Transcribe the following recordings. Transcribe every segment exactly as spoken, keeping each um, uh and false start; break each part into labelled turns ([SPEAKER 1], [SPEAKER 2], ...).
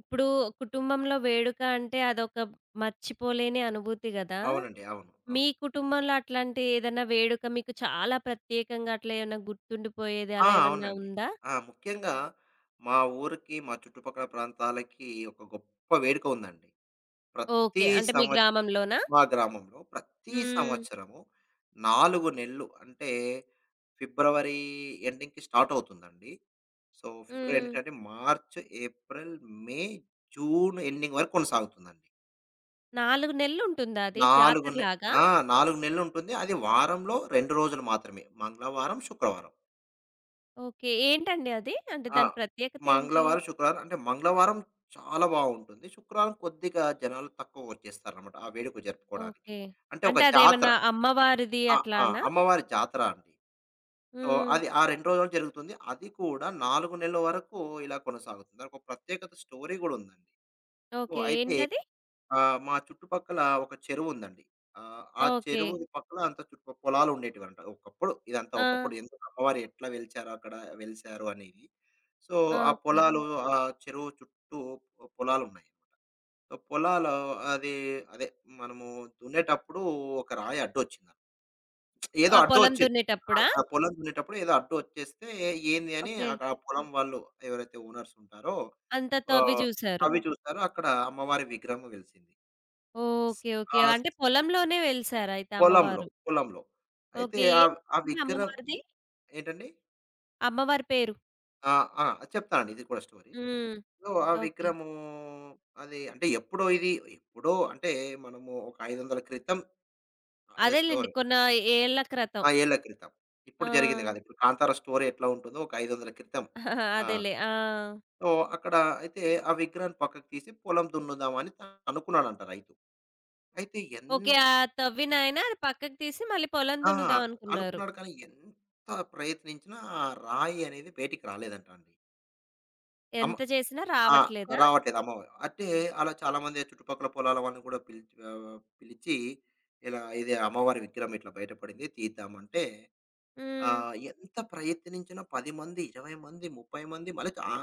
[SPEAKER 1] ఇప్పుడు కుటుంబంలో వేడుక అంటే అదొక మర్చిపోలేని అనుభూతి గదా!
[SPEAKER 2] అవునండి. అవును.
[SPEAKER 1] మీ
[SPEAKER 2] అవును.
[SPEAKER 1] కుటుంబంలో అట్లాంటి ఏదైనా వేడుక మీకు చాలా ప్రత్యేకంగా అట్లా ఏమన్నా గుర్తుండిపోయేది
[SPEAKER 2] ఆ!
[SPEAKER 1] అలా ఏమన్నా
[SPEAKER 2] అవునండి.
[SPEAKER 1] ఉందా?
[SPEAKER 2] ఆ! ముఖ్యంగా మా ఊరికి, మా చుట్టుపక్కల ప్రాంతాలకి ఒక గొప్ప వేడుక ఉందండి. ప్రతి
[SPEAKER 1] ఓకే. అంటే మీ
[SPEAKER 2] సంవ
[SPEAKER 1] గ్రామంలోనా?
[SPEAKER 2] మా గ్రామంలో ప్రతి
[SPEAKER 1] హ్మ్.
[SPEAKER 2] సంవత్సరము నాలుగు నెలలు అంటే ఫిబ్రవరి ఎండింగ్‌కి స్టార్ట్ అవుతుందండి. సో, ఫిబ్రవరి
[SPEAKER 1] హ్మ్.
[SPEAKER 2] ఎండింగ్ అంటే March, April, May, June ending వరకు కొనసాగుతుందండి.
[SPEAKER 1] నాలుగు నెలలు ఉంటుందా అది?
[SPEAKER 2] 4 నె
[SPEAKER 1] జాతరలాగా?
[SPEAKER 2] ఆ! నాలుగు నెలలుంటుంది. అది వారంలో రెండు రోజులు మాత్రమే. మంగళవారం, శుక్రవారం.
[SPEAKER 1] ఓకే. ఏంటండి అది? అంటే
[SPEAKER 2] ఆ!
[SPEAKER 1] దాని ప్రత్యేకత ఏంటి?
[SPEAKER 2] మంగళవారం, శుక్రవారం అంటే మంగళవారం చాలా బావుంటుంది. శుక్రవారం కొద్దిగా జనాలు తక్కువొచ్చేస్తారనమాట. ఆ వేడుక జరుపుకోడానికి.
[SPEAKER 1] ఓకే.
[SPEAKER 2] అంటే ఒక
[SPEAKER 1] అంటే
[SPEAKER 2] జాతర.
[SPEAKER 1] అదేమన్నా అమ్మవారిది
[SPEAKER 2] ఆ! ఆ!
[SPEAKER 1] అట్లానా?
[SPEAKER 2] అమ్మవారి జాతర అండి. సో,
[SPEAKER 1] హ్మ్.
[SPEAKER 2] అది ఆ రెండు రోజులు జరుగుతుంది. అది కూడా నాలుగు నెలల వరకు ఇలా కొనసాగుతుంది. దానికొక ప్రత్యేకత స్టోరీ గూడుందండి. So
[SPEAKER 1] okay.
[SPEAKER 2] అయితే
[SPEAKER 1] ఏంటది?
[SPEAKER 2] ఆహ్, మా చుట్టుపక్కల ఒక చెరువుందండి. ఆహ్, ఆ ఆ
[SPEAKER 1] ఓకే.
[SPEAKER 2] చెరువు పక్కల అంత చుట్టుప పొలాలుండేటివంట ఒకప్పుడు. ఇదంతా
[SPEAKER 1] ఆ!
[SPEAKER 2] ఒకప్పుడు ఎందుకు అమ్మవారు ఎట్లా వెలిచారు అక్కడ వెలిసారు అనేది. సో,
[SPEAKER 1] ఆ!
[SPEAKER 2] ఆ
[SPEAKER 1] ఓకే.
[SPEAKER 2] పొలాలు ఆ చెరువు చుట్టూ పొ పొలాలున్నాయి. సో, పొలాలు అది అదే మనము దున్నేటప్పుడు ఒక రాయి అడ్డొచ్చింది. ఏదో
[SPEAKER 1] ఆ పొలం
[SPEAKER 2] అడ్డొచ్చింది. ఆ!
[SPEAKER 1] దున్నేటప్పుడా?
[SPEAKER 2] ఆ పొలం దున్నేటప్పుడు ఏదో అడ్డొచ్చేస్తే ఏంది అని
[SPEAKER 1] ఓకే.
[SPEAKER 2] అక్కడ ఆ పొలం వాళ్ళు ఎవరైతే ఓనర్స్ ఉంటారో
[SPEAKER 1] అంతా తవ్వి
[SPEAKER 2] ఆహ్,
[SPEAKER 1] జూసారు.
[SPEAKER 2] తవ్వి చూసారో అక్కడ అమ్మవారి విగ్రహం వెలిసింది. స్
[SPEAKER 1] ఓకే. ఓకే.
[SPEAKER 2] ఆ!
[SPEAKER 1] అంటే పొలంలోనే వెలిసారయితే
[SPEAKER 2] పొలంలో,
[SPEAKER 1] అమ్మవారు.
[SPEAKER 2] పొలంలో. అయితే
[SPEAKER 1] ఓకే.
[SPEAKER 2] ఆ
[SPEAKER 1] ఏం
[SPEAKER 2] ఆ
[SPEAKER 1] పేరండి
[SPEAKER 2] విగ్రహం
[SPEAKER 1] అమ్మవారిది?
[SPEAKER 2] ఏంటండి?
[SPEAKER 1] అమ్మవారి పేరు.
[SPEAKER 2] ఆ! ఆ! అది చెప్తానండి ఇది కూడా స్టోరీ.
[SPEAKER 1] హ్మ్.
[SPEAKER 2] సో, ఆ
[SPEAKER 1] ఓకే.
[SPEAKER 2] విగ్రహము అది అంటే ఎప్పుడో ఇది ఎప్పుడో అంటే మనము ఒక ఐదు వందల ఏళ్ల క్రితం ఆహ్,
[SPEAKER 1] అదేలెండి.
[SPEAKER 2] స్టోరీ.
[SPEAKER 1] కొన్న ఏళ్ల క్రితం.
[SPEAKER 2] ఆ! ఏళ్ల క్రితం.
[SPEAKER 1] ఆ!
[SPEAKER 2] ఇప్పుడు జరిగింది కాదు. ఇప్పుడు 'కాంతార' స్టోరీ ఎట్లా ఉంటుందో ఒక ఐదు వందల ఏళ్ల క్రితం. ఆ!
[SPEAKER 1] అదేలే. ఆ!
[SPEAKER 2] సో, అక్కడ అయితే ఆ విగ్రహాన్ని పక్కకు తీసి పొలం దున్నుదాం అని అనుకున్నాడంట రైతు. అయితే
[SPEAKER 1] ఓకే.
[SPEAKER 2] ఎంత
[SPEAKER 1] ఆ తవ్వినాయన అది పక్కకు తీసి మళ్ళీ పొలం
[SPEAKER 2] ఆ!
[SPEAKER 1] దున్నుదాం అనుకున్నారు.
[SPEAKER 2] అనుకున్నాడు కానీ ఎంత ప్రయత్నించినా ఆ రాయి అనేది బయటికి రాలేదంట అండి. అమ్మ
[SPEAKER 1] ఎంత చేసినా
[SPEAKER 2] ఆ!
[SPEAKER 1] రావట్లేదా?
[SPEAKER 2] రావట్లేదు అమ్మవారు. అంటే అలా చాలామంది చుట్టుపక్కల పొలాల వాళ్ళని కూడా పిలిచి ఆహ్, పిలిచి ఇలా ఇది అమ్మవారి విగ్రహం ఇట్లా బయటపడింది తీద్దామంటే
[SPEAKER 1] హ్మ్.
[SPEAKER 2] ఆహ్, ఎంత ప్రయత్నించినా పది మంది, ఇరవై మంది, ముప్ఫై మంది మళ్ళీ చా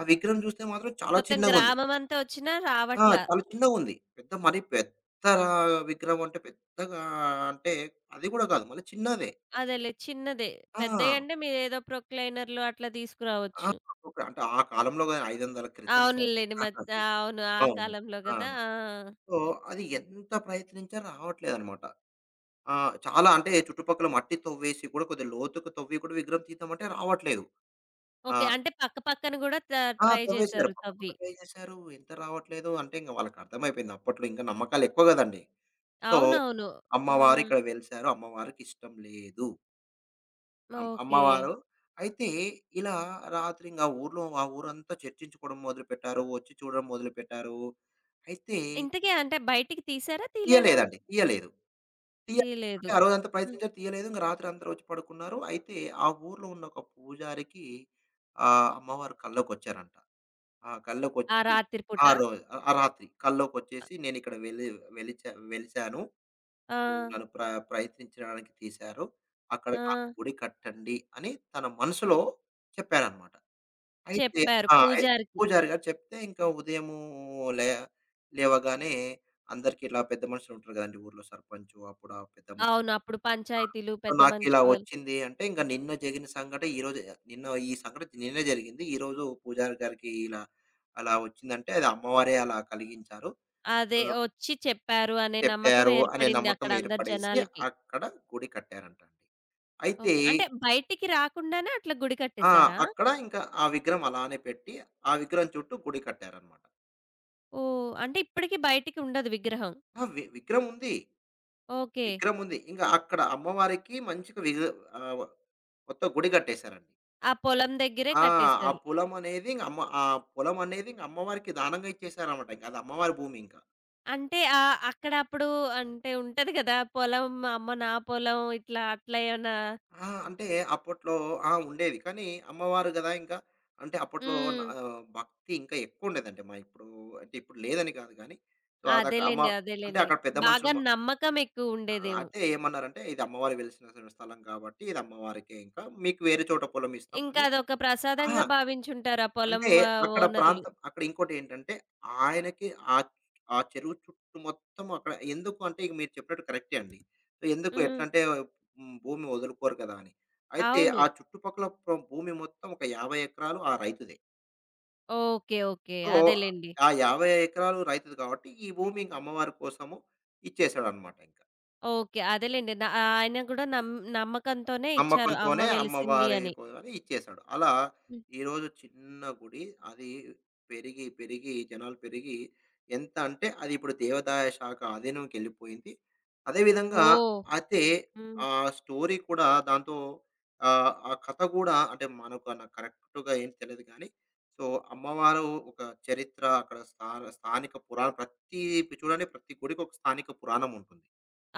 [SPEAKER 2] ఆ విగ్రహం చూస్తే మాత్రం చాలా
[SPEAKER 1] మొత్తం
[SPEAKER 2] చిన్నగుంది.
[SPEAKER 1] గ్రామమంతా ఒచ్చినా
[SPEAKER 2] ఆ!
[SPEAKER 1] రావట్లా.
[SPEAKER 2] చాలా చిన్నగుంది. పెద్ద మరీ పెద్ద విగ్రహం అంటే పెద్దగా అంటే అది కూడా కాదు. మళ్ళీ చిన్నదే.
[SPEAKER 1] అదేలే చిన్నదే.
[SPEAKER 2] ఆ!
[SPEAKER 1] పెద్దయంటే మీరేదో ప్రొక్లైనర్‌లు అట్లా
[SPEAKER 2] ఆ!
[SPEAKER 1] తీసుకురావచ్చు.
[SPEAKER 2] అంటే ఆ కాలంలో ఐదు వందల క్రితం సంవత్సరాలు
[SPEAKER 1] అవునులెండి. మద్ అవును. ఆ
[SPEAKER 2] అవును.
[SPEAKER 1] కాలంలో
[SPEAKER 2] ఆ!
[SPEAKER 1] గదా! ఆ!
[SPEAKER 2] సో, అది ఎంత ప్రయత్నించా రావట్లేదనమాట. ఆ! చాలా అంటే చుట్టుపక్కల మట్టి తవ్వేసి కూడా కొద్దిగా లోతుకు తవ్వి కూడా విగ్రహం తీద్దామంటే రావట్లేదు. ఆ!
[SPEAKER 1] ఓకే. అంటే పక్క పక్కన గూడా త
[SPEAKER 2] ఆ!
[SPEAKER 1] ట్రై
[SPEAKER 2] తవ్వేశారు.
[SPEAKER 1] జేశారు
[SPEAKER 2] పక్క పక్క
[SPEAKER 1] తవ్వి.
[SPEAKER 2] ట్రై చేశారు. ఎంత రావట్లేదు అంటే ఇంక వాళ్ళకర్థమైపోయింది. అప్పట్లో ఇంకా నమ్మకాలెక్కువ గదండీ. సో,
[SPEAKER 1] అవునవును.
[SPEAKER 2] అమ్మవారు
[SPEAKER 1] హ్మ్.
[SPEAKER 2] ఇక్కడ వెలిసారు. అమ్మవారికిష్టం లేదు. అమ్
[SPEAKER 1] ఓకే.
[SPEAKER 2] అమ్మవారు అయితే ఇలా రాత్రి ఇంగ ఆ ఊర్లో ఆ ఊరంతా చర్చించుకోవడం మొదలుపెట్టారు. వచ్చి చూడడం మొదలుపెట్టారు. అయితే
[SPEAKER 1] ఇంతకీ అంటే బయటికి తీశారా? తీయలేదా?
[SPEAKER 2] తీయలేదండి. తీయలేదు. తీయ అంటే
[SPEAKER 1] తీయలేదు.
[SPEAKER 2] ఆ రోజంతా
[SPEAKER 1] హ్మ్.
[SPEAKER 2] ప్రయత్నించారు తీయలేదు. ఇంక రాత్రంతా వచ్చి పడుకున్నారు. అయితే ఆ ఊర్లో ఉన్న ఒక పూజారికి ఆహ్, అమ్మవారు కల్లోకొచ్చారంట. ఆ!
[SPEAKER 1] ఆ
[SPEAKER 2] కల్లోకొచ్చి
[SPEAKER 1] రాత్రి పూట?
[SPEAKER 2] ఆ రోజు ఆ రాత్రి కల్లోకొచ్చేసి నేనిక్కడ వెలి వెలిచా వెలిసాను.
[SPEAKER 1] ఆ!
[SPEAKER 2] నన్ను ప్ర ప్రయత్నించడానికి తీశారు. అక్కడ
[SPEAKER 1] ఆ!
[SPEAKER 2] నాకు గుడి కట్టండి అని తన మనసులో చెప్పారన్నమాట. అయితే
[SPEAKER 1] చెప్పారు
[SPEAKER 2] ఆ! అయి
[SPEAKER 1] పూజారికి.
[SPEAKER 2] పూజారి గారు చెప్తే ఇంకా ఉదయము లే లేవగానే అందరికి ఇట్లా పెద్ద మనుషులుంటారు కదండీ! ఊర్లో సర్పంచు అప్పుడు ఆ పెద్ద
[SPEAKER 1] అవును. అప్పుడు పంచాయతీలు,
[SPEAKER 2] సో,
[SPEAKER 1] పెద్ద
[SPEAKER 2] నాకిలా
[SPEAKER 1] మనుషులు వాళ్ళు
[SPEAKER 2] వచ్చింది అంటే, ఇంక నిన్న జరిగిన సంఘటన ఈరోజు నిన్న ఈ సంఘటన నిన్నే జరిగింది. ఈరోజు పూజారి గారికి ఇలా, అలా వచ్చిందంటే అది అమ్మవారే అలా కలిగించారు.
[SPEAKER 1] అదే
[SPEAKER 2] ఆహ్,
[SPEAKER 1] ఒచ్చి చెప్పారు అనే నమ్మకం
[SPEAKER 2] చెప్పారు అనే
[SPEAKER 1] ఏర్పడింది
[SPEAKER 2] నమ్మకం
[SPEAKER 1] అక్కడ అందరి
[SPEAKER 2] ఏర్పడేసి
[SPEAKER 1] జనాలకి.
[SPEAKER 2] అక్కడ గుడి కట్టారంటండి. అయితే
[SPEAKER 1] ఓకే. అంటే బయటికి రాకుండానే అట్లా గుడి
[SPEAKER 2] ఆ!
[SPEAKER 1] కట్టేశారా?
[SPEAKER 2] అక్కడ ఇంకా ఆ విగ్రహం అలానే పెట్టి, ఆ విగ్రహం చుట్టూ గుడి కట్టారనమాట.
[SPEAKER 1] ఓహ్! అంటే ఇప్పటికి బయటికి ఉండదు విగ్రహం.
[SPEAKER 2] ఆ! వి విగ్రహం ఉంది.
[SPEAKER 1] ఓకే.
[SPEAKER 2] విగ్రహం ఉంది. ఇంక అక్కడ అమ్మవారికి మంచిగా విగ్ ఆహ్, మొత్తం గుడి కట్టేశారండి.
[SPEAKER 1] ఆ పొలం దగ్గరే
[SPEAKER 2] ఆ! ఆ
[SPEAKER 1] కట్టేశారు.
[SPEAKER 2] పొలం అనేది ఇంక అమ్మ ఆ పొలం అనేది ఇంక అమ్మవారికి దానంగా ఇచ్చేసారనమాట. ఇంక అది అమ్మవారి భూమి ఇంక.
[SPEAKER 1] అంటే ఆహ్, అక్కడ అప్పుడు అంటే ఉంటది గదా! పొలం అమ్మ నా పొలం ఇట్లా అట్లా ఏమన్నా
[SPEAKER 2] ఆ! అంటే అప్పట్లో ఆ! ఉండేది. కానీ అమ్మవారు గదా! ఇంకా అంటే అప్పట్లో న
[SPEAKER 1] హ్మ్.
[SPEAKER 2] ఆహ్, భక్తి ఇంకా ఎక్కువుండేదండి. మా ఇప్పుడు అంటే ఇప్పుడు లేదని కాదు గానీ, సో, అదక అమ్మ
[SPEAKER 1] అదేలెండి.
[SPEAKER 2] అంటే
[SPEAKER 1] అదేలెండి.
[SPEAKER 2] అక్కడ పెద్ద మనుషులు
[SPEAKER 1] బాగా
[SPEAKER 2] మ
[SPEAKER 1] నమ్మకం ఎక్కువ ఉండేదేమో.
[SPEAKER 2] అయితే ఏమన్నారంటే, "ఇది అమ్మవారికి వెలిసిన స్థలం కాబట్టి ఇది అమ్మవారికే ఇంకా. మీకు వేరే చోట పొలం
[SPEAKER 1] ఇంకా
[SPEAKER 2] ఇస్తామని"
[SPEAKER 1] అదొక
[SPEAKER 2] ఆ!
[SPEAKER 1] ప్రసాదంగా భావించుంటారు ఆ పొలం
[SPEAKER 2] అంటే
[SPEAKER 1] వ
[SPEAKER 2] అక్కడ
[SPEAKER 1] ఓనర్‌లు.
[SPEAKER 2] ప్రాంతం అక్కడ ఇంకోటేంటంటే, ఆయనకి ఆ ఆ చెరువు చుట్టూ మొత్తం అక్కడ ఎందుకు అంటే ఇక మీరు చెప్పినట్టు కరెక్టే అండి. సో ఎందుకు ఎట్లా
[SPEAKER 1] హ్మ్.
[SPEAKER 2] అంటే హ్మ్, భూమి వదులుకోరు కదా అని. అయితే
[SPEAKER 1] అవును.
[SPEAKER 2] ఆ చుట్టుపక్కల ప్ర భూమి మొత్తం ఒక యాభై ఎకరాలు ఆ రైతుదే.
[SPEAKER 1] ఓకే. ఓకే.
[SPEAKER 2] సో,
[SPEAKER 1] అదేలెండి.
[SPEAKER 2] ఆ యాభై ఎకరాలు రైతుది కాబట్టి, ఈ భూమి ఇంక అమ్మవారి కోసము ఇచ్చేసాడన్నమాట ఇంక.
[SPEAKER 1] ఓకే. అదేలెండి. న ఆయన గూడా నమ్ నమ్మకంతోనే ఇచ్చారు
[SPEAKER 2] నమ్మకంతోనే
[SPEAKER 1] అమ్మ వెలిసింది
[SPEAKER 2] అమ్మవారి
[SPEAKER 1] అని.
[SPEAKER 2] కోసమని ఇచ్చేశాడు. అలా
[SPEAKER 1] హ్మ్.
[SPEAKER 2] ఈరోజు చిన్న గుడి అది పెరిగి, పెరిగి జనాలు పెరిగి ఎంత అంటే అది ఇప్పుడు దేవాదాయ శాఖ ఆధీనంకెళ్ళిపోయింది. అదే విధంగా
[SPEAKER 1] ఓహ్!
[SPEAKER 2] అయితే
[SPEAKER 1] హ్మ్.
[SPEAKER 2] ఆ స్టోరీ కూడా దాంతో ఆహ్, ఆ కథ గూడా అంటే మనకు నాకు కరెక్ట్‌గా ఏం తెలీదు గానీ, సో, అమ్మవారు ఒక చరిత్ర అక్కడ స్థా స్థానిక పురాణం ప్రతి చూడండి ప్రతి గుడికి ఒక స్థానిక పురాణం ఉంటుంది.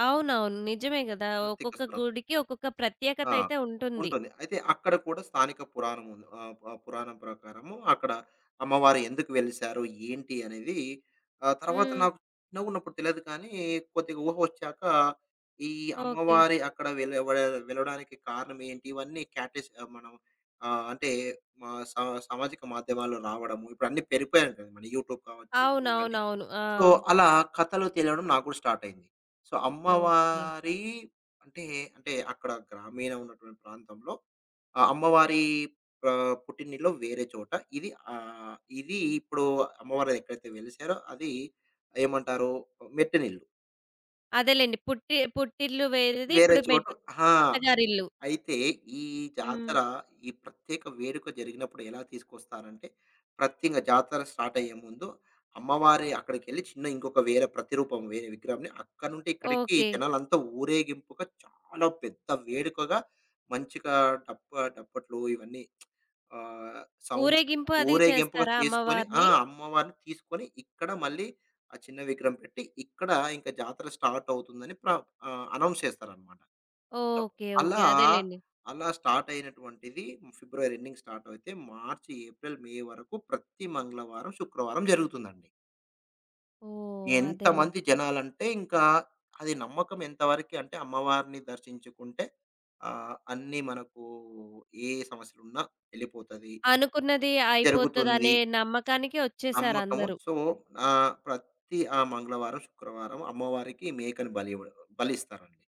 [SPEAKER 1] అవునవును. నిజమే గదా!
[SPEAKER 2] ప్రతి
[SPEAKER 1] ఒక్కొక్క
[SPEAKER 2] కస్ర
[SPEAKER 1] గుడికి ఒక్కొక్క ప్రత్యేకత
[SPEAKER 2] ఆ!
[SPEAKER 1] అయితే ఉంటుంది.
[SPEAKER 2] ఉంటుంది. అయితే అక్కడ కూడా స్థానిక పురాణం ఉంది. ఆహ్, పు పురాణం ప్రకారము అక్కడ అమ్మవారు ఎందుకు వెలిసారు? ఏంటి? అనేది ఆహ్, తర్వాత
[SPEAKER 1] హ్మ్.
[SPEAKER 2] నాకు చిన్నగున్నప్పుడు తెలియదు కానీ, కొద్దిగా ఊహ వచ్చాక ఈ
[SPEAKER 1] ఓకే.
[SPEAKER 2] అమ్మవారి అక్కడ వెల వె వెలవడానికి కారణం ఏంటి? ఇవన్నీ క్యాటేస్ ఆహ్, మనం ఆహ్, అంటే మా సా సామాజిక మాధ్యమాల్లో రావడము. ఇప్పుడు అన్నీ పెరిగిపోయాయి కదా! మన యూట్యూబ్ కావచ్చు ఇవన్నీ.
[SPEAKER 1] అవునవునవును. ఆ!
[SPEAKER 2] సో, అలా కథలు తెలవడం నాకు కూడా స్టార్ట్ అయింది. So,
[SPEAKER 1] okay.
[SPEAKER 2] అమ్మవారి అంటే, అంటే అక్కడ గ్రామీణ ఉన్నటువంటి ప్రాంతంలో ఆహ్, అమ్మవారి ఆహ్, పుట్టినిల్లు వేరే చోట. ఇది ఆహ్, ఇది ఇప్పుడు అమ్మవారు ఎక్కడైతే వెలిసారో అది ఏమంటారు మెట్టినిల్లు.
[SPEAKER 1] అదేలెండి. పుట్టి పుట్టిల్లు వేరేది,
[SPEAKER 2] వేరే
[SPEAKER 1] ఇప్పుడు
[SPEAKER 2] చోటు.
[SPEAKER 1] మెట్టు
[SPEAKER 2] ఆ!
[SPEAKER 1] అత్తగారిల్లు.
[SPEAKER 2] అయితే ఈ
[SPEAKER 1] హ్మ్.
[SPEAKER 2] జాతర, ఈ ప్రత్యేక వేడుక జరిగినప్పుడు ఎలా తీసుకొస్తారంటే, ప్రత్యేకంగా జాతర స్టార్ట్ అయ్యే ముందు అమ్మవారి అక్కడికెళ్ళి చిన్న ఇంకొక వేరే ప్రతిరూపం వేరే విగ్రహంని అక్కడి నుండి ఇక్కడికి
[SPEAKER 1] ఓకే.
[SPEAKER 2] జనాలంతా ఊరేగింపుగా చాలా పెద్ద వేడుకగా మంచిగా డప్ప డప్పట్లు ఇవన్నీ ఆహ్, సౌండ్
[SPEAKER 1] ఊరేగింపు అది
[SPEAKER 2] ఊరేగింపుగా
[SPEAKER 1] చేస్తారా
[SPEAKER 2] చేసుకొని ఆ!
[SPEAKER 1] అమ్మవారిని?
[SPEAKER 2] అమ్మవారిని తీసుకొని ఇక్కడ మళ్ళీ ఆ చిన్న విగ్రహం పెట్టి ఇక్కడ ఇంకా జాతర స్టార్ట్ అవుతుందని ప్ర ఆహ్, అనౌన్స్ చేస్తారన్నమాట. So,
[SPEAKER 1] okay. ఓకే.
[SPEAKER 2] అలా,
[SPEAKER 1] అదేలెండి.
[SPEAKER 2] అలా స్టార్ట్ అయినటువంటిది ఫిబ్రవరి ఎండింగ్ స్టార్ట్ అయితే మార్చి, ఏప్రిల్, మే వరకు ప్రతి మంగళవారం, శుక్రవారం జరుగుతుందండి.
[SPEAKER 1] ఓహ్! అదేలే.
[SPEAKER 2] ఎంతమంది జనాలంటే ఇంకా అది నమ్మకం ఎంతవరకి అంటే అమ్మవారిని దర్శించుకుంటే ఆహ్, అన్నీ మనకు ఏ సమస్యలున్నా వెళ్ళిపోతది.
[SPEAKER 1] అనుకున్నది
[SPEAKER 2] జరుగుతుంది
[SPEAKER 1] అయిపోతదనే నమ్మకానికి
[SPEAKER 2] నమ్మకము.
[SPEAKER 1] ఒచ్చేసారందరూ.
[SPEAKER 2] సో, ఆహ్, ప్రతి ఆ మంగళవారం, శుక్రవారం అమ్మవారికి మేకని బలి ఇవ్వడం బలిస్తారండి.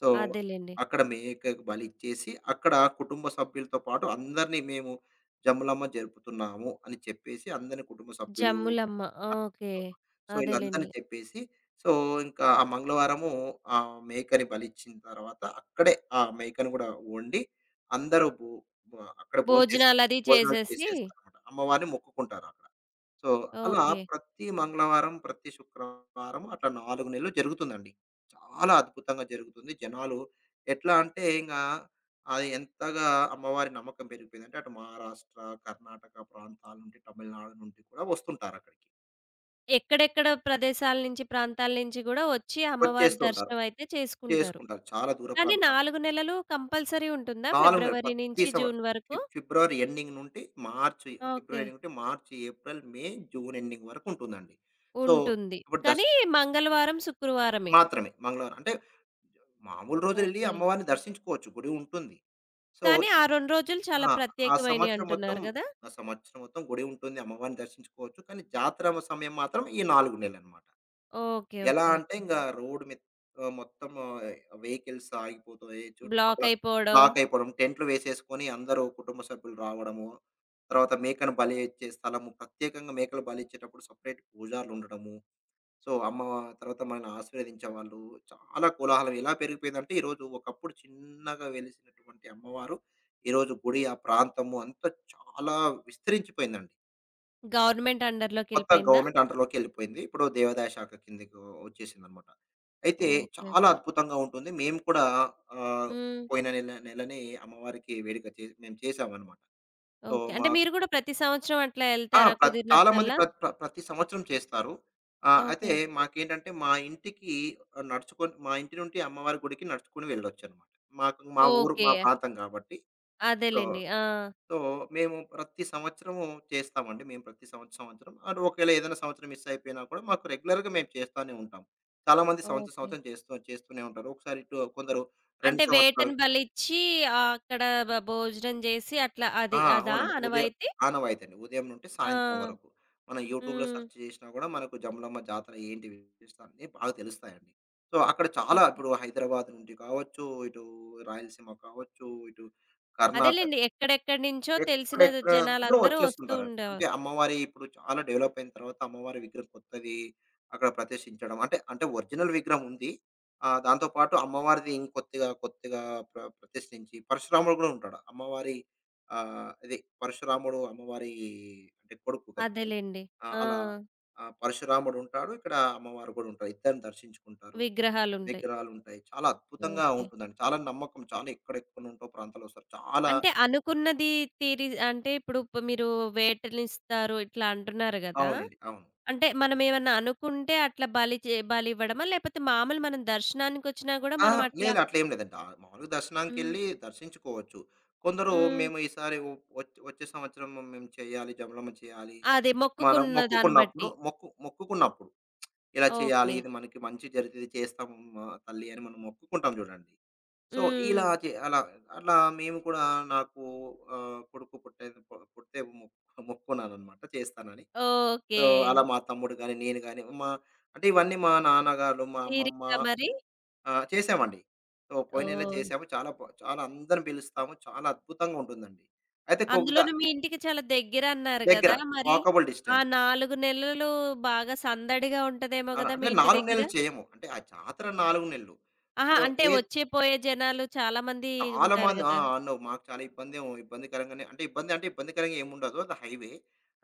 [SPEAKER 2] సో,
[SPEAKER 1] అదేలెండి.
[SPEAKER 2] అక్కడ మేకకి బలిచ్చేసి, అక్కడ కుటుంబ సభ్యులతో పాటు అందరిని మేము జమ్ములమ్మ జరుపుతున్నాము అని చెప్పేసి, అందరిని కుటుంబ సభ్యులు
[SPEAKER 1] జమ్ములమ్మ. ఓకే.
[SPEAKER 2] సో, ఈళ్ళందరిని
[SPEAKER 1] అదేలెండి.
[SPEAKER 2] చెప్పేసి, సో, ఇంకా ఆ మంగళవారము ఆ మేకని బలిచ్చిన తర్వాత, అక్కడే ఆ మేకను గూడా వండి, అందరూ భో ఆహ్, అక్కడ భోంచేస్తారు.
[SPEAKER 1] భోజనాలది
[SPEAKER 2] భోజనాలు
[SPEAKER 1] చేసేసి
[SPEAKER 2] చేసేస్తారన్నమాట. అమ్మవారిని మొక్కుకుంటారక్కడ. సో, అలా
[SPEAKER 1] ఓకే.
[SPEAKER 2] ప్రతి మంగళవారం, ప్రతి శుక్రవారం అట్లా నాలుగు నెలలు జరుగుతుందండి. చాలా అద్భుతంగా జరుగుతుంది. జనాలు ఎట్లా అంటే ఇంగ అది ఎంతగా అమ్మవారి నమ్మకం పెరిగిపోయిందంటే అటు మహారాష్ట్ర, కర్ణాటక ప్రాంతాల నుండి, తమిళనాడు నుండి కూడా వస్తుంటారక్కడికి.
[SPEAKER 1] ఎక్కడెక్కడ ప్రదేశాల నుంచి, ప్రాంతాల నుంచి గూడా వచ్చి అమ్మవారి
[SPEAKER 2] వచ్చేస్తూ ఉంటారు.
[SPEAKER 1] దర్శనమయితే చేసుకుంటారు.
[SPEAKER 2] చేసుకుంటారు. చాలా దూర
[SPEAKER 1] కానీ
[SPEAKER 2] ప్రాంతాలు.
[SPEAKER 1] నాలుగు నెలలు కంపల్సరీ ఉంటుందా?
[SPEAKER 2] 4 నెలలు
[SPEAKER 1] ఫిబ్రవరి
[SPEAKER 2] ప్రతి
[SPEAKER 1] నుంచి
[SPEAKER 2] సంవ
[SPEAKER 1] జూన్ వరకు?
[SPEAKER 2] ఫిబ్ ఫిబ్రవరి ఎండింగ్ నుండి మార్చి ఫిబ్రవరి
[SPEAKER 1] ఓకే.
[SPEAKER 2] ఎండింగ్ నుండి March, April, May, June ending వరకు ఉంటుందండి. సో,
[SPEAKER 1] ఉంటుంది.
[SPEAKER 2] ఇప్పుడు దస
[SPEAKER 1] కానీ మంగళవారం, శుక్రవారమే.
[SPEAKER 2] మాత్రమే. మంగళవారం. అంటే మామూలు రోజులెళ్లి
[SPEAKER 1] ఓకే.
[SPEAKER 2] అమ్మవారిని దర్శించుకోవచ్చు. గుడి ఉంటుంది. సో
[SPEAKER 1] కానీ ఆ రెండు రోజులు చాలా
[SPEAKER 2] ఆ! ఆ
[SPEAKER 1] ప్రత్యేకమైనయి
[SPEAKER 2] సంవత్సరం మొత్తం
[SPEAKER 1] అంటున్నారు గదా!
[SPEAKER 2] ఆ సంవత్సరం మొత్తం గుడి ఉంటుంది. అమ్మవారిని దర్శించుకోవచ్చు. కానీ జాతర సమయం మాత్రం ఈ నాలుగు నెలలనమాట.
[SPEAKER 1] ఓకే.
[SPEAKER 2] ఎలా
[SPEAKER 1] ఓకే. ఓకే.
[SPEAKER 2] అంటే ఇంగ రోడ్ మీద ఆహ్, మొత్తం వెహికల్స్ ఆగిపోతాయి. చుట్టుపక్కల
[SPEAKER 1] బ్లాకయిపోవడం,
[SPEAKER 2] బ్లాక్ అయిపోవడం. టెంట్లు వేసేసుకొని అందరూ కుటుంబ సభ్యులు రావడము. తర్వాత మేకను బలి ఇచ్చే స్థలము. ప్రత్యేకంగా మేకలు బలి ఇచ్చేటప్పుడు సెపరేట్ పూజారులుండడము. సో, అమ్మ తర్వాత మనల్ని ఆశీర్వదించేవాళ్ళు. చాలా కోలాహలం ఎలా పెరిగిపోయిందంటే, ఈరోజు ఒకప్పుడు చిన్నగా వెలిసినటువంటి అమ్మవారు, ఈరోజు గుడి, ఆ ప్రాంతము అంతా చాలా విస్తరించిపోయిందండి.
[SPEAKER 1] గవర్నమెంట్
[SPEAKER 2] కొత్త
[SPEAKER 1] అండర్‌లోకెళ్ళిపోయిందా?
[SPEAKER 2] గవర్నమెంట్ అండర్‌లోకి ఎళ్ళిపోయింది. ఇప్పుడు దేవాదాయ శాఖ కిందకి వచ్చేసిందనమాట. అయితే
[SPEAKER 1] ఓకే.
[SPEAKER 2] చాలా
[SPEAKER 1] ఓకే.
[SPEAKER 2] అద్భుతంగా ఉంటుంది. మేము కూడా ఆహ్,
[SPEAKER 1] హ్మ్.
[SPEAKER 2] పోయిన నెల నెలనే అమ్మవారికి వేడుక చే మేము చేసామనమాట. So,
[SPEAKER 1] okay.
[SPEAKER 2] మా
[SPEAKER 1] అంటే మీరు గూడా ప్రతి సంవత్సరం అట్లా
[SPEAKER 2] ఆ!
[SPEAKER 1] ఎళ్తారా
[SPEAKER 2] ప్ర చాలా మంది
[SPEAKER 1] కుదిరినప్పుడల్లా?
[SPEAKER 2] ప్ర ప్ర ప్రతి సంవత్సరం చేస్తారు. ఆహ్, అయితే
[SPEAKER 1] ఓకే.
[SPEAKER 2] మాకేంటంటే మా ఇంటికి నడుచుకొని మా ఇంటి నుండి అమ్మవారి గుడికి నడుచుకొని వెళ్ళొచ్చనమాట. మాకు మా ఊరు మా
[SPEAKER 1] ఓకే.
[SPEAKER 2] ప్రాంతం కాబట్టి. సో,
[SPEAKER 1] అదేలెండి. ఆ!
[SPEAKER 2] సో మేము ప్రతి సంవత్సరము చేస్తామండి. మేము ప్రతి సంవత్ సంవత్సరం అండ్ ఒకవేళ ఏదైనా సంవత్సరం మిస్ అయిపోయినా కూడా మాకు రెగ్యులర్‌గా మేము చేస్తానే ఉంటాం. చాలా మంది సంవత్సరం
[SPEAKER 1] ఓకే.
[SPEAKER 2] సంవత్సరం చేస్తూ చేస్తూనే ఉంటారు. ఒకసారి ఇటు కొందరు రెండు
[SPEAKER 1] అంటే
[SPEAKER 2] సంవత్సరాలు.
[SPEAKER 1] వేటని బలిచ్చి ఆహ్, అక్కడ బ భోజనం జేసి అట్లా
[SPEAKER 2] ఆ!
[SPEAKER 1] అది అదా
[SPEAKER 2] అవునండి. ఉదయం
[SPEAKER 1] ఆనవాయితీ?
[SPEAKER 2] ఆనవాయితీ అండి. ఉదయం నుండి
[SPEAKER 1] ఆ!
[SPEAKER 2] సాయంత్రం వరకు. మనం యూట్యూబ్‌లో
[SPEAKER 1] హ్మ్.
[SPEAKER 2] సెర్చ్ చేసినా కూడా మనకు జమలమ్మ జాతర ఏంటి విశిష్టత అన్నీ బాగా తెలుస్తాయండి. సో, అక్కడ చాలా
[SPEAKER 1] ఓకే.
[SPEAKER 2] ఇప్పుడు హైదరాబాద్ నుండి కావచ్చు, ఇటు రాయలసీమ కావచ్చు, ఇటు కర్ణాటక
[SPEAKER 1] అదేలెండి. ఎక్కడెక్కడి నుంచో తెలిసిన
[SPEAKER 2] ఎక్కడెక్కడ అందరూ
[SPEAKER 1] జనాలందరూ వస్తూ
[SPEAKER 2] వచ్చేస్తుంటారండి. అంటే
[SPEAKER 1] ఉండేవారు.
[SPEAKER 2] అమ్మవారి ఇప్పుడు చాలా డెవలప్ అయిన తర్వాత అమ్మవారి విగ్రహం కొత్తది అక్కడ ప్రతిష్ఠించడం. అంటే, అంటే ఒరిజినల్ విగ్రహం ఉంది. ఆహ్, దాంతో పాటు అమ్మవారిది ఇంకొత్తగా కొత్తగా ప్ర ప్రతిష్ఠించి పరశురాముడు గూడా ఉంటాడు. అమ్మవారి ఆహ్, ఇది పరశురాముడు అమ్మవారి అంటే కొడుకు కదండీ!
[SPEAKER 1] అదేలెండి.
[SPEAKER 2] ఆ!
[SPEAKER 1] ఆ!
[SPEAKER 2] అలా ఆ! పరశురాముడు ఉంటాడు. ఇక్కడ అమ్మవారు కూడా ఉంటారు. ఇద్దరిని దర్శించుకుంటారు.
[SPEAKER 1] విగ్రహాలుంటాయి.
[SPEAKER 2] విగ్రహాలుంటాయి. చాలా అద్భుతంగా
[SPEAKER 1] ఓకే.
[SPEAKER 2] ఉంటుందండి. చాలా నమ్మకం చాలా ఎక్కడెక్కడి నుంటో ప్రాంతాలొస్తారు. చాలా
[SPEAKER 1] అంటే అనుకున్నది తీరి అంటే ఇప్పుడు ప్ మీరు వేటనిస్తారు ఇట్లా అంటున్నారు గదా!
[SPEAKER 2] అవునండి. అవును.
[SPEAKER 1] అంటే మనమేమన్నా అనుకుంటే అట్లా బలి చే బలివ్వడమా? లేపోతే మామూలు మనం దర్శనానికొచ్చినా గూడా మనం
[SPEAKER 2] అహా!
[SPEAKER 1] అట్లా
[SPEAKER 2] లేదు అట్లేం లేదండి. ఆహ్, మామూలుగా
[SPEAKER 1] హ్మ్.
[SPEAKER 2] దర్శనానికెళ్ళి దర్శించుకోవచ్చు. కొందరు
[SPEAKER 1] హ్మ్.
[SPEAKER 2] మేము ఈసారి ఒ వచ్చే వచ్చే సంవత్సరం మేము చేయాలి, జమలమ్మ చేయాలి.
[SPEAKER 1] అదే
[SPEAKER 2] మనం
[SPEAKER 1] మొక్కుకున్న దాన్ని
[SPEAKER 2] మొక్కుకున్నప్పుడు
[SPEAKER 1] బట్టి.
[SPEAKER 2] మొక్కు మొక్కుకున్నప్పుడు ఇలా చేయాలి,
[SPEAKER 1] ఓకే.
[SPEAKER 2] ఇది మనకి మంచి జరిగితే ఇది చేస్తామమ్మా తల్లి అని మనం మొక్కుకుంటాం చూడండి. సో,
[SPEAKER 1] హ్మ్.
[SPEAKER 2] ఇలా చే అలా అట్లా మేము కూడా నాకు ఆహ్, కొడుకు పుట్టేది పు పుడితే మొ మొక్కుకున్నాననమాట చేస్తానని. So,
[SPEAKER 1] okay.
[SPEAKER 2] అలా మా తమ్ముడు గాని, నేను గాని మా అంటే ఇవన్నీ మా నాన్నగారు, మా అమ్మమ్మ
[SPEAKER 1] తీరిందా మరి?
[SPEAKER 2] ఆ! చేశామండి. సో, పోయిన నెలే
[SPEAKER 1] ఓహ్!
[SPEAKER 2] చేశాము. చాలా బా చాలా అందరిని పిలుస్తాము. చాలా అద్భుతంగా ఉంటుందండి. అయితే కొంత
[SPEAKER 1] అందులోనూ మీ ఇంటికి చాలా దగ్గరన్నారు
[SPEAKER 2] దగ్గర
[SPEAKER 1] గదా! మరి
[SPEAKER 2] వాకబుల్
[SPEAKER 1] ఆ
[SPEAKER 2] డిస్టెన్స్.
[SPEAKER 1] నాలుగు నెలలు బాగా సందడిగా ఉంటదేమో
[SPEAKER 2] చాలా
[SPEAKER 1] గదా
[SPEAKER 2] అంటే
[SPEAKER 1] మీ ఇంటి
[SPEAKER 2] నాలుగు
[SPEAKER 1] దగ్గర?
[SPEAKER 2] నెలలు చేయము. అంటే ఆ జాతర నాలుగు నెలలు.
[SPEAKER 1] అహా!
[SPEAKER 2] సో,
[SPEAKER 1] అంటే
[SPEAKER 2] ఏ
[SPEAKER 1] వచ్చే పోయే జనాలు చాలా మంది
[SPEAKER 2] చాలా
[SPEAKER 1] ఉంటారు
[SPEAKER 2] మంది ఆ!
[SPEAKER 1] గదా!
[SPEAKER 2] అవును. మాకు చాలా ఇబ్బందేం ఇబ్బందికరంగానే అంటే ఇబ్బంది అంటే ఇబ్బందికరంగా ఏముండదు. అది హైవే.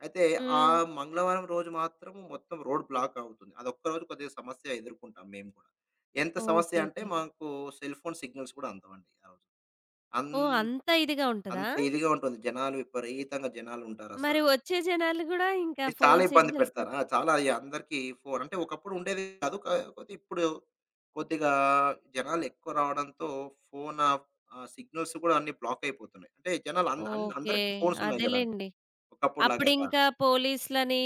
[SPEAKER 2] అయితే ఆ
[SPEAKER 1] హ్మ్.
[SPEAKER 2] మంగళవారం రోజు మాత్రం మొత్తం రోడ్ బ్లాక్ అవుతుంది. అదొక్కరోజు కొద్దిగా సమస్య ఎదుర్కొంటాం మేము కూడా. ఎంత
[SPEAKER 1] ఓకే.
[SPEAKER 2] సమస్య అంటే
[SPEAKER 1] ఓకే.
[SPEAKER 2] మాకు సెల్ ఫోన్ సిగ్నల్స్ కూడా అందవండి ఆ రోజు. అన్
[SPEAKER 1] ఓహ్! అంత ఇదిగా ఉంటదా?
[SPEAKER 2] అంత ఇదిగా ఉంటుంది. జనాలు విపరీతంగా
[SPEAKER 1] మరి
[SPEAKER 2] జనాలుంటారసలు.
[SPEAKER 1] వచ్చే జనాలు గూడా ఇంకా
[SPEAKER 2] చాలా
[SPEAKER 1] ఫోను
[SPEAKER 2] ఇబ్బంది
[SPEAKER 1] సిగ్నల్స్
[SPEAKER 2] పెడతారు. ఆ! చాలా ఈ అందరికీ ఫోన్ అంటే ఒకప్పుడు ఉండేది కాదు. కాకపోతే ఇప్పుడు కొద్దిగా జనాలెక్కువ రావడంతో ఫోన్ ఆహ్, ఆహ్, సిగ్నల్స్ కూడా అన్నీ బ్లాక్ అయిపోతున్నాయి. అంటే జనాలు అన్ అన్
[SPEAKER 1] ఓకే.
[SPEAKER 2] అందరికీ ఫోన్స్ ఉన్నాయి గదండీ!
[SPEAKER 1] అదేలెండి.
[SPEAKER 2] ఒకప్పుడులాగా కాదు.
[SPEAKER 1] అప్పుడింకా పోలీసులని,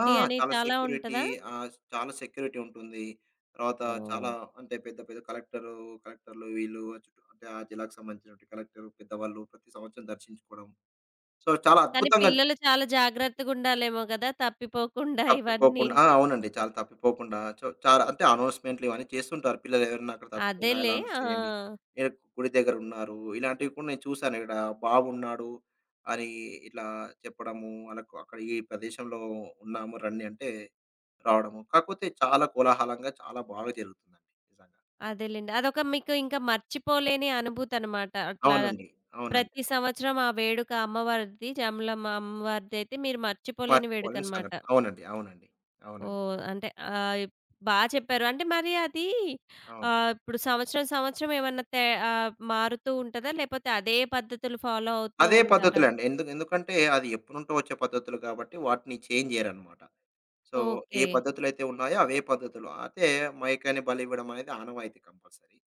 [SPEAKER 2] ఆ!
[SPEAKER 1] అని
[SPEAKER 2] చాలా
[SPEAKER 1] చాలా
[SPEAKER 2] సెక్యూరిటీ
[SPEAKER 1] ఉంటదా?
[SPEAKER 2] ఆహ్, చాలా సెక్యూరిటీ ఉంటుంది. తర్వాత చాలా
[SPEAKER 1] ఓహ్!
[SPEAKER 2] అంటే పెద్ద పెద్ద కలెక్టరు, కలెక్టర్లు వీళ్ళు చుట్టూ అంటే ఆ జిల్లాకు సంబంధించినటువంటి కలెక్టర్ పెద్దవాళ్ళు ప్రతి సంవత్సరం దర్శించుకోవడం. సో, చాలా
[SPEAKER 1] కానీ
[SPEAKER 2] అద్భుతంగా
[SPEAKER 1] పిల్లలు చాలా జాగ్రత్తగుండాలేమో గదా! తప్పిపోకుండా ఇవన్నీ.
[SPEAKER 2] తప్పిపోకుండా ఆ! అవునండి. చాలా తప్పిపోకుండా చొ చాలా అంటే అనౌన్స్‌మెంట్లు ఇవన్నీ చేస్తుంటారు. పిల్లలు ఎవరైనా అక్కడ తప్పిపోయినా ఇలా
[SPEAKER 1] అదేలే.
[SPEAKER 2] అనౌన్స్
[SPEAKER 1] ఆ!
[SPEAKER 2] చేయండి. ఈడ గుడి దగ్గర ఉన్నారు. ఇలాంటివి కూడా నేను చూసాను. ఇక్కడ బాబున్నాడు అని ఇట్లా చెప్పడము, వాళ్ళకు అక్కడ ఈ ప్రదేశంలో ఉన్నాము రండి అంటే రావడము. కాకపోతే చాలా కోలాహలంగా చాలా బాగా జరుగుతుందండి నిజంగా.
[SPEAKER 1] అదేలెండి. అదొక మీకు ఇంకా మర్చిపోలేని అనుభూతనమాట. అట్లా
[SPEAKER 2] అవునండి. అవునండి.
[SPEAKER 1] ప్రతి సంవత్సరం ఆ వేడుక అమ్మవారిది, జమలమ్మ అమ్మవారిదైతే మీరు మర్చిపోలేని
[SPEAKER 2] మర్చిపోలేని
[SPEAKER 1] వేడుకనమాట.
[SPEAKER 2] సంఘటన. అవునండి. అవునండి. అవునండి.
[SPEAKER 1] ఓహ్! అంటే ఆహ్, బా చెప్పారు. అంటే మరి అది
[SPEAKER 2] అవును.
[SPEAKER 1] ఆహ్, ఇప్పుడు సంవత్సరం, సంవత్సరం ఏమన్నా తే ఆహ్, మారుతూ ఉంటదా? లేపోతే అదే పద్ధతులు ఫాలో అవుతూ
[SPEAKER 2] అదే
[SPEAKER 1] ఉంటారా?
[SPEAKER 2] పద్ధతులండి. ఎందు ఎందుకంటే అది ఎప్పటినుంటో వచ్చే పద్ధతులు కాబట్టి వాటిని చేంజ్ చేయరనమాట. సో, ఏ
[SPEAKER 1] ఓకే.
[SPEAKER 2] పద్ధతులైతే ఉన్నాయో అవే పద్ధతులు. అయితే మైకాని బలివ్వడం అనేది ఆనవాయితీ కంపల్సరీ.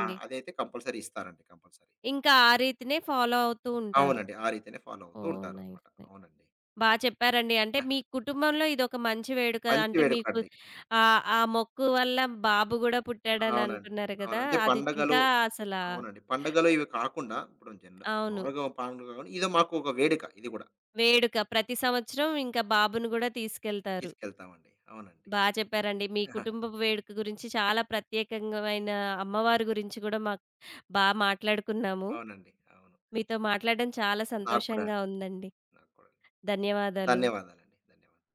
[SPEAKER 2] ఆ! అదైతే కంపల్సరీ ఇస్తారండి కంపల్సరీ.
[SPEAKER 1] ఇంకా ఆ రీతినే ఫాలో అవుతూ ఉంటారు.
[SPEAKER 2] అవునండి. ఆ రీతినే ఫాలో అవుతూ
[SPEAKER 1] ఓహ్! నైస్.
[SPEAKER 2] ఉంటారనమాట.
[SPEAKER 1] నైస్.
[SPEAKER 2] అవునండి.
[SPEAKER 1] బా చెప్పారండి. అంటే మీ కుటుంబంలో ఇదొక మంచి వేడుక.
[SPEAKER 2] మంచి
[SPEAKER 1] అంటే మీకు
[SPEAKER 2] వేడుకండి.
[SPEAKER 1] ఆహ్, ఆ మొక్కు వల్ల బాబు గూడా పుట్టాడని
[SPEAKER 2] అవునండి.
[SPEAKER 1] అంటున్నారు
[SPEAKER 2] అవును.
[SPEAKER 1] గదా!
[SPEAKER 2] అంటే
[SPEAKER 1] అది
[SPEAKER 2] పండగలు
[SPEAKER 1] ఇంకా అసలా
[SPEAKER 2] అవునండి. పండగలు ఇవి కాకుండా ఇప్పుడు జనర
[SPEAKER 1] అవును.
[SPEAKER 2] మామూలుగా పండుగ కాకుండా ఇదో మాకు ఒక వేడుక ఇది గూడా.
[SPEAKER 1] వేడుక. ప్రతి సంవత్సరం ఇంకా బాబుని గూడా తీసుకెళ్తారు.
[SPEAKER 2] తీసుకెళ్తామండి. అవునండి.
[SPEAKER 1] బా చెప్పారండి. మీ కుటుంబపు వేడుక గురించి చాలా ప్రత్యేకంగమైన అమ్మవారి గురించి గూడా మాకు బా మాట్లాడుకున్నాము.
[SPEAKER 2] అవునండి. అవును.
[SPEAKER 1] మీతో మాట్లాడడం చాలా
[SPEAKER 2] నాకు కూడా
[SPEAKER 1] సంతోషంగా
[SPEAKER 2] అండి.
[SPEAKER 1] ఉందండి.
[SPEAKER 2] నాకు కూడా.
[SPEAKER 1] ధన్యవాదాలు.
[SPEAKER 2] ధన్యవాదాలండి. ధన్యవాదాలు.